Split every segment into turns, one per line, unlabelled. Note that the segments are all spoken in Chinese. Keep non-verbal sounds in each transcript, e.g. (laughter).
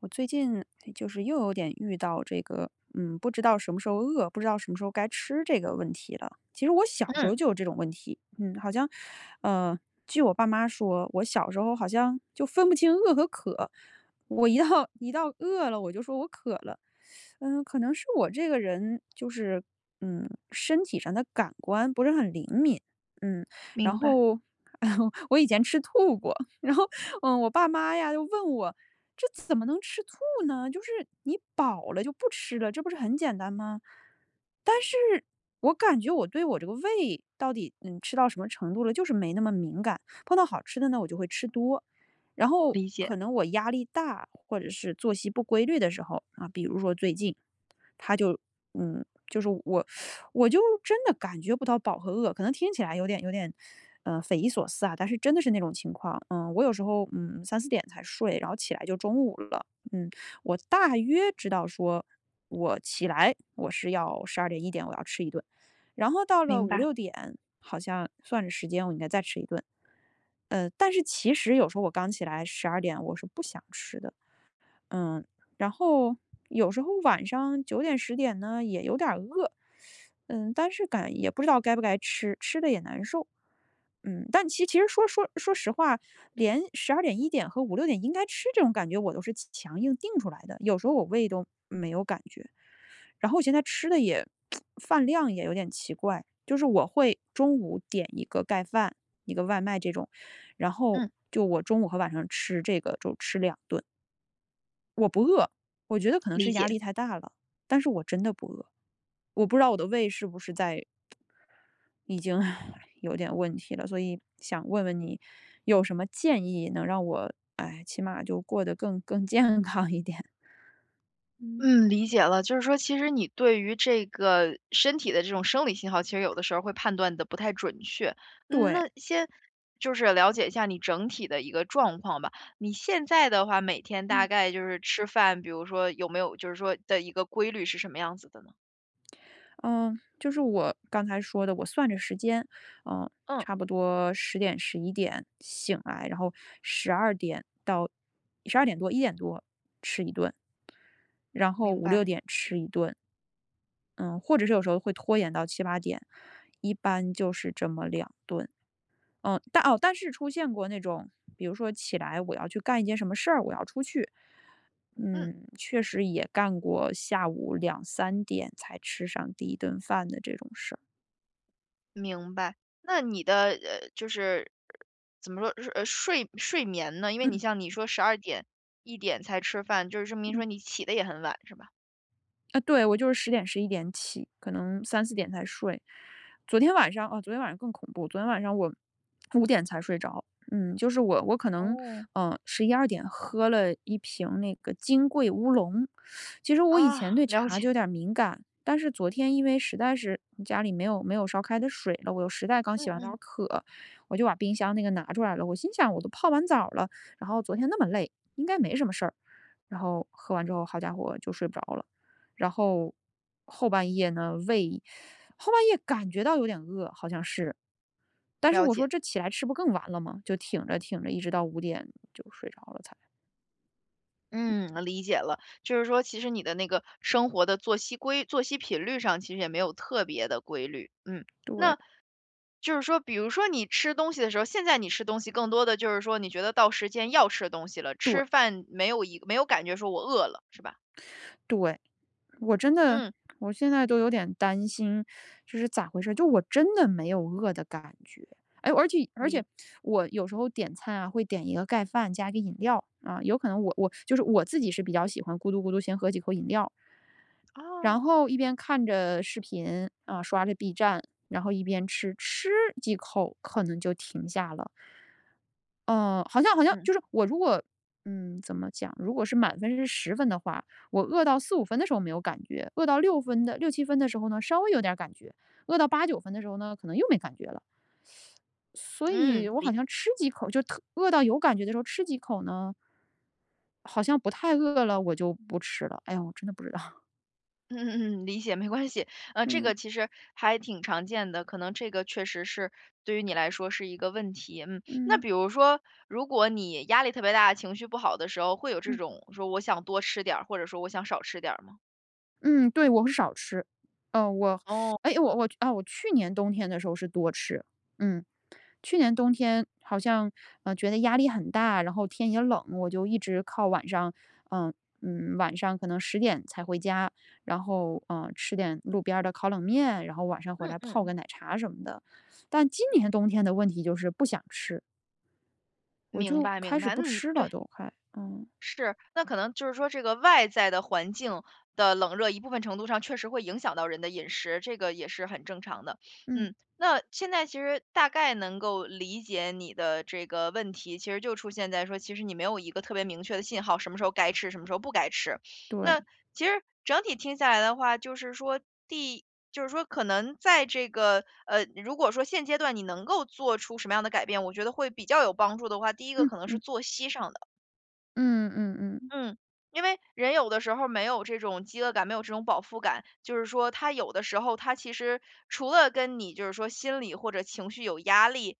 我最近哎就是又有点遇到这个，不知道什么时候饿，不知道什么时候该吃这个问题了。其实我小时候
嗯，
就有这种问题，好像，呃，据我爸妈说，我小时候好像就分不清饿和渴。我一到饿了，我就说我渴了。可能是我这个人就是，身体上的感官不是很灵敏，嗯，然
明白，
后 (laughs) 我以前吃吐过，然后我爸妈呀就问我："这怎么能吃醋呢？就是你饱了就不吃了，这不是很简单吗？"但是我感觉我对我这个胃到底吃到什么程度了，就是没那么敏感。碰到好吃的呢，我就会吃多。然后
理解，
可能我压力大，或者是作息不规律的时候啊，比如说最近，他就就是我就真的感觉不到饱和饿，可能听起来有点，匪夷所思啊，但是真的是那种情况。嗯，我有时候，三四点才睡，然后起来就中午了。嗯，我大约知道说，我起来我是要12点、1点我要吃一顿，然后到了
明
五
白，
六点，好像算着时间我应该再吃一顿。但是其实有时候我刚起来十二点我是不想吃的。嗯，然后有时候晚上九点十点呢，也有点儿饿，但是感也不知道该不该吃，吃的也难受。但其实说实话，连十二点一点和五六点应该吃这种感觉，我都是强硬定出来的，有时候我胃都没有感觉。然后我现在吃的也 (tsk) 饭量也有点奇怪，就是我会中午点一个盖饭，一个外卖这种，然后
嗯，
就我中午和晚上吃这个，就吃两顿。我不饿，我觉得可能
理
是
解，
压力太大了，但是我真的不饿。我不知道我的胃是不是在已经 (laughs) (sighs) 有点问题了，所以想问问你，有什么建议能让我，哎，起码就过得更健康一点？嗯
嗯，理解了。就是说，其实你对于这个身体的这种生理信号，其实有的时候会判断的不太准确。嗯，
对，
那先就是了解一下你整体的一个状况吧。你现在的话，每天大
嗯
概就是吃饭，比如说有没有就是说的一个规律是什么样子的呢？
嗯，就是我刚才说的，我算着时间，嗯，
嗯，
差不多十点十一点醒来，然后十二点到十二点多一点多吃一顿，然后
明
五
白。
六点吃一顿，嗯，或者是有时候会拖延到七八点，一般就是这么两顿。但是出现过那种，比如说起来我要去干一件什么事儿，我要出去，
嗯。
确实也干过下午两三点才吃上第一顿饭的这种事儿，
明白。那你的就是怎么说，睡眠呢？因为你
嗯
像你说12点、1点才吃饭，就是说明
嗯。
说你起的也很晚，是吧？
啊，对，我就是十点十一点起，可能三四点才睡。昨天晚上啊，昨天晚上更恐怖，昨天晚上我五点才睡着。就是我可能，
哦。
十一二点喝了一瓶那个金桂乌龙。其实我以前
啊，
对
了解，
茶就有点儿敏感，但是昨天因为实在是家里没有烧开的水了，我又实在刚
嗯
洗完澡
嗯。
渴，我就把冰箱那个拿出来了。我心想我都泡完澡了，然后昨天那么累，应该没什么事儿。然后喝完之后，好家伙，就睡不着了。然后后半夜呢，胃后半夜感觉到有点饿，好像是。但是
了
我
解，
说这起来吃不更完了吗？就挺着挺着，一直到五点就睡着了才。
嗯，理解了。就是说其实你的那个生活的作息频率上其实也没有特别的规律，嗯。
对
那就是说比如说你吃东西的时候，现在你吃东西更多的就是说你觉得到时间要吃东西了，
对
吃饭没有感觉说我饿了，是吧？
对，我真的
嗯。
我现在都有点担心，这是咋回事？就我真的没有饿的感觉。哎，而且我有时候点餐啊，会点一个盖饭加一个饮料，啊，有可能我就是我自己是比较喜欢咕嘟咕嘟先喝几口饮料，
哦，
然后一边看着视频，啊，刷着 B 站，然后一边吃，几口可能就停下了。嗯，好像
嗯
就是我如果怎么讲？如果是满分是十分的话，我饿到四五分的时候没有感觉，饿到六七分的时候呢，稍微有点感觉，饿到八九分的时候呢，可能又没感觉了。所以
嗯，
我好像吃几口就特饿到有感觉的时候吃几口呢，好像不太饿了，我就不吃了。哎呀，我真的不知道，
嗯嗯 (laughs) 嗯，理解，没关系。
(laughs)
这
嗯，
个其实还挺常见的，可能这个确实是对于你来说是一个问题。嗯，那
嗯，
比如说，如果你压力特别大、情绪不好的时候，会有这
嗯。
种说我想多吃点儿，或者说我想少吃点儿吗？
嗯，对，我是少吃。呃，我
哦，
哎，我我啊，我去年冬天的时候是多吃。嗯，去年冬天好像，觉得压力很大，然后天也冷，我就一直靠晚上，嗯、晚上可能十点才回家，然后吃点路边儿的烤冷面，然后晚上回
嗯
来泡个
嗯，
奶茶什么的。但今年冬天的问题就是不想吃，我
明
就
白
开
明
始
白，
不
嗯，
吃
对。
了，都快。嗯
是，那可能就是说这个外在的环境的冷热，一部分程度上确实会影响到人的饮食，这个也是很正常的。
嗯，
嗯，那现在其实大概能够理解你的这个问题，其实就出现在说，其实你没有一个特别明确的信号，什么时候该吃，什么时候不该吃。
对，
那其实整体听下来的话，就是说。第。就是说，可能在这个如果说现阶段你能够做出什么样的改变，我觉得会比较有帮助的话，第一个
嗯
可能是
嗯
作息上的。
嗯嗯嗯嗯
嗯，因为人有的时候没有这种饥饿感，没有这种饱腹感，就是说他有的时候他其实除了跟你就是说心理或者情绪有压力，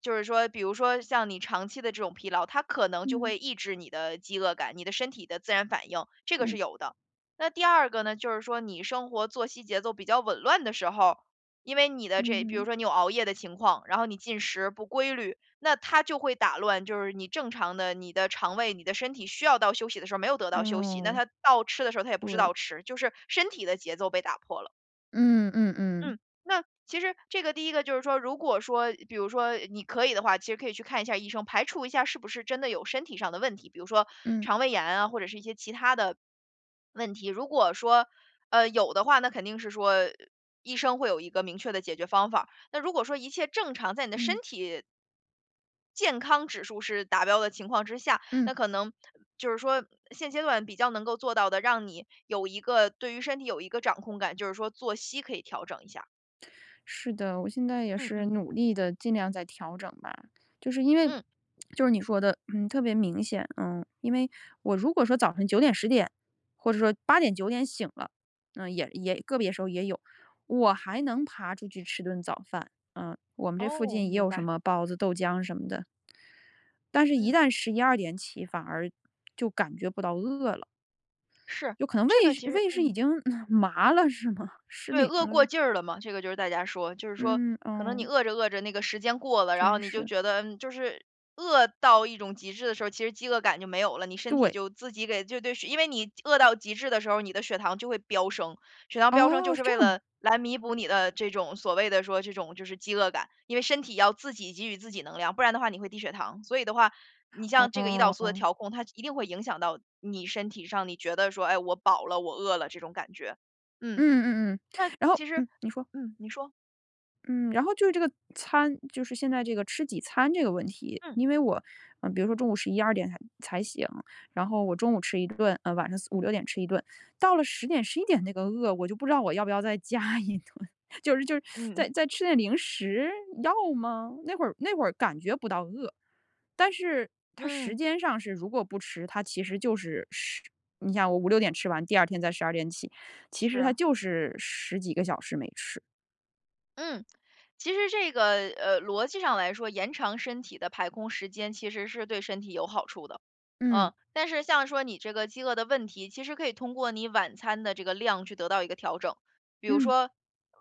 就是说比如说像你长期的这种疲劳，它可能就
嗯
会抑制你的饥饿感，你的身体的自然反应，这个是
嗯。
有的。那第二个呢，就是说你生活作息节奏比较紊乱的时候，因为你的这，比如
嗯
说你有熬夜的情况，然后你进食不规律，那它就会打乱，就是你正常的你的肠胃、你的身体需要到休息的时候没有得到休息，那
哦，
它到吃的时候它也不知道
对，
吃，就是身体的节奏被打破了。
嗯嗯嗯
嗯，那其实这个第一个就是说，如果说比如说你可以的话，其实可以去看一下医生，排除一下是不是真的有身体上的问题，比如说
嗯
肠胃炎啊，或者是一些其他的问题。如果说有的话，那肯定是说医生会有一个明确的解决方法。那如果说一切正常，在你的身
嗯
体健康指数是达标的情况之下，
嗯，
那可能就是说现阶段比较能够做到的，让你有一个对于身体有一个掌控感，就是说作息可以调整一下。
是的，我现在也
嗯
是
嗯，
努力的，尽量在调整吧。就是因为
嗯。
就是你说的，特别明显，因为我如果说早晨九点十点，或者说八点九点醒了，也个别时候也有，我还能爬出去吃顿早饭，我们这附
哦，
近也
明
有什
白，
么包子、豆浆什么的，但是一
嗯。
旦十一二点起，反而就感觉不到饿了。
是，
有可能
这
胃
个
是
其实
胃是
。
已经(laughs) 麻了是吗？失
对，
灵
饿
了
过
是，
劲儿了嘛，这个就是大家说，就是说
嗯
可能你
嗯，
饿着饿着那个时间过了，然后
真
你就
是。
觉得，就是饿到一种极致的时候，其实饥饿感就没有了，你身体
对，
就自己给就对血因为你饿到极致的时候，你的血糖就会飙升，血糖飙升就
哦，
是
是这
为
样吗？
了来弥补你的这种所谓的说这种就是饥饿感，因为身体要自己给予自己能量，不然的话你会低血糖，所以的话。你像这个胰岛素的
哦，
调控，它一定会影响到你身体上，你觉得说，哎，我饱了，我饿了这种感觉，嗯，
嗯嗯嗯，
那
然后
其实
你说。
你说，
嗯，然后就是这个餐，就是现在这个吃几餐这个问题，
嗯，
因为我，比如说中午十一二点才醒，然后我中午吃一顿，晚上四五六点吃一顿，到了十点十一点那个饿，我就不知道我要不要再加一顿，(laughs) 就是在
嗯
在吃点零食，要吗？那会儿感觉不到饿，但是它时
嗯，
间上是如果不吃，它其实就是十，你想我五六点吃完，第二天再十二点起，其实它
是，
就是十几个小时没吃，
嗯。其实这个逻辑上来说，延长身体的排空时间其实是对身体有好处的，嗯，
嗯，
但是像说你这个饥饿的问题，其实可以通过你晚餐的这个量去得到一个调整。比如
嗯。
说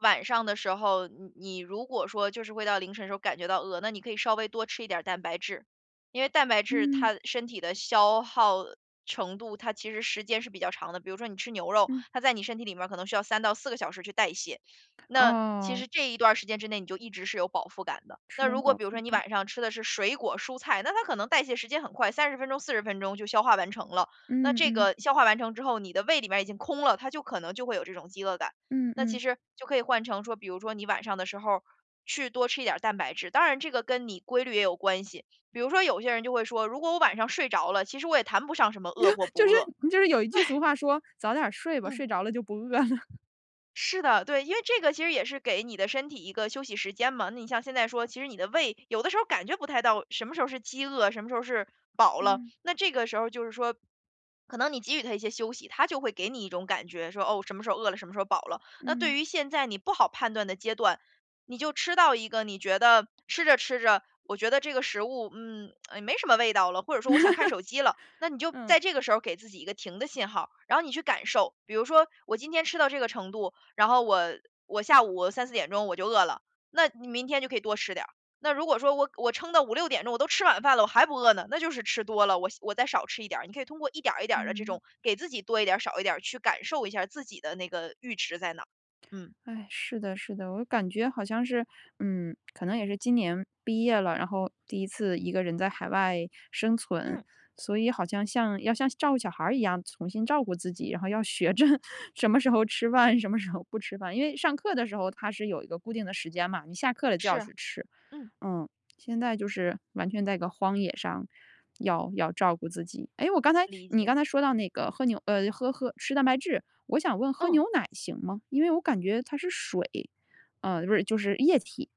晚上的时候，你如果说就是会到凌晨的时候感觉到饿，那你可以稍微多吃一点儿蛋白质，因为蛋白质
嗯，
它身体的消耗程度，它其实时间是比较长的。比如说你吃牛肉，
嗯，
它在你身体里面可能需要3到4个小时去代谢。那其
哦，
实这一段儿时间之内，你就一直是有饱腹感的。
吃
那
点
如果
饱
比如
腹
说你
感。
晚上吃的是水果、蔬菜，那它可能代谢时间很快，30分钟、40分钟就消化完成了。那
嗯
这
嗯，
个消化完成之后，你的胃里面已经空了，它就可能就会有这种饥饿感。
嗯
那其
嗯，
实就可以换成说，比如说你晚上的时候去多吃一点儿蛋白质，当然这个跟你规律也有关系。比如说有些人就会说，如果我晚上睡着了，其实我也谈不上什么饿或不
就是
饿。
就是有一句俗话说："早点睡吧，
嗯，
睡着了就不饿了。(laughs)”
是的，对，因为这个其实也是给你的身体一个休息时间嘛。那你像现在说，其实你的胃有的时候感觉不太到什么时候是饥饿，什么时候是饱了，
嗯，
那这个时候就是说，可能你给予它一些休息，它就会给你一种感觉说，哦，什么时候饿了，什么时候饱了。那对
嗯，
于现在你不好判断的阶段，你就吃到一个你觉得吃着吃着，我觉得这个食物，哎没什么味道了，或者说我想看手机了，那你就
嗯。
在这个时候给自己一个停的信号，然后你去感受。比如说，我今天吃到这个程度，然后我下午3、4点钟我就饿了，那你明天就可以多吃点儿。那如果说我撑到5、6点钟，我都吃晚饭了，我还不饿呢，那就是吃多了，我再少吃一点儿。你可以通过一点儿一点儿的这
嗯。
种给自己多一点儿少一点儿，去感受一下自己的那个阈值在哪儿。嗯，
哎，是的，是的，我感觉好像是，可能也是今年毕业了，然后第一次一个人在海外生存，
嗯。
所以好像像要像照顾小孩儿一样重新照顾自己，然后要学着 (laughs) 什么时候吃饭，什么时候不吃饭，因为上课的时候它是有一个固定的时间嘛，你下课了就要
是，
去吃，
嗯，
嗯，现在就是完全在一个荒野上，要照顾自己。哎，我刚才
理
你
解，
刚才说到那个喝牛，呃，喝喝吃蛋白质，我想问喝
嗯，
牛奶行吗？因为我感觉它是水，不是，就是液体，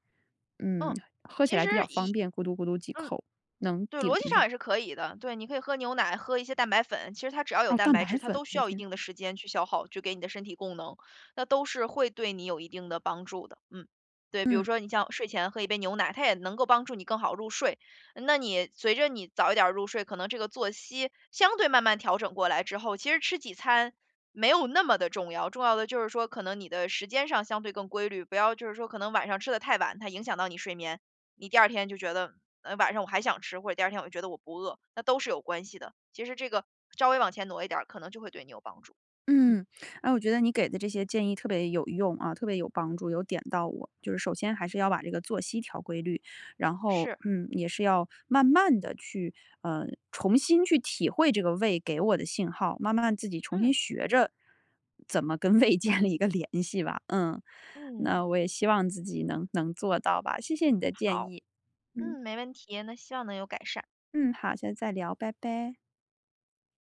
嗯，
嗯，
喝起
其
来
实
比较方便，咕嘟咕嘟几
嗯。
口能
对，
顶
逻辑
一
上
下。
也是可以的。对，你可以喝牛奶，喝一些蛋白粉，其实它只要有
哦，
蛋
蛋
白质，
白
它
粉，
都
我
需
的
要一
天！
定的时间去消耗，去给你的身体供能，那都是会对你有一定的帮助的。嗯，对，比如说你像睡前喝一杯牛奶，它也能够帮助你更好入睡。那你随着你早一点儿入睡，可能这个作息相对慢慢调整过来之后，其实吃几餐，没有那么的重要，重要的就是说，可能你的时间上相对更规律，不要就是说，可能晚上吃的太晚，它影响到你睡眠。你第二天就觉得，晚上我还想吃，或者第二天我就觉得我不饿，那都是有关系的。其实这个稍微往前挪一点儿，可能就会对你有帮助。嗯，
嗯，哎，我觉得你给的这些建议特别有用啊，特别有帮助，有点到我。就是首先还是要把这个作息调规律，然后
是，
也是要慢慢的去呃重新去体会这个胃给我的信号，慢慢自己重
嗯
新学着怎么跟胃 (laughs) 建立一个联系吧。嗯，
嗯，
那我也希望自己能做到吧。谢谢你的建
好，
议。嗯
嗯，没问题，那希望能有改善。
嗯，好，下次再聊，拜拜。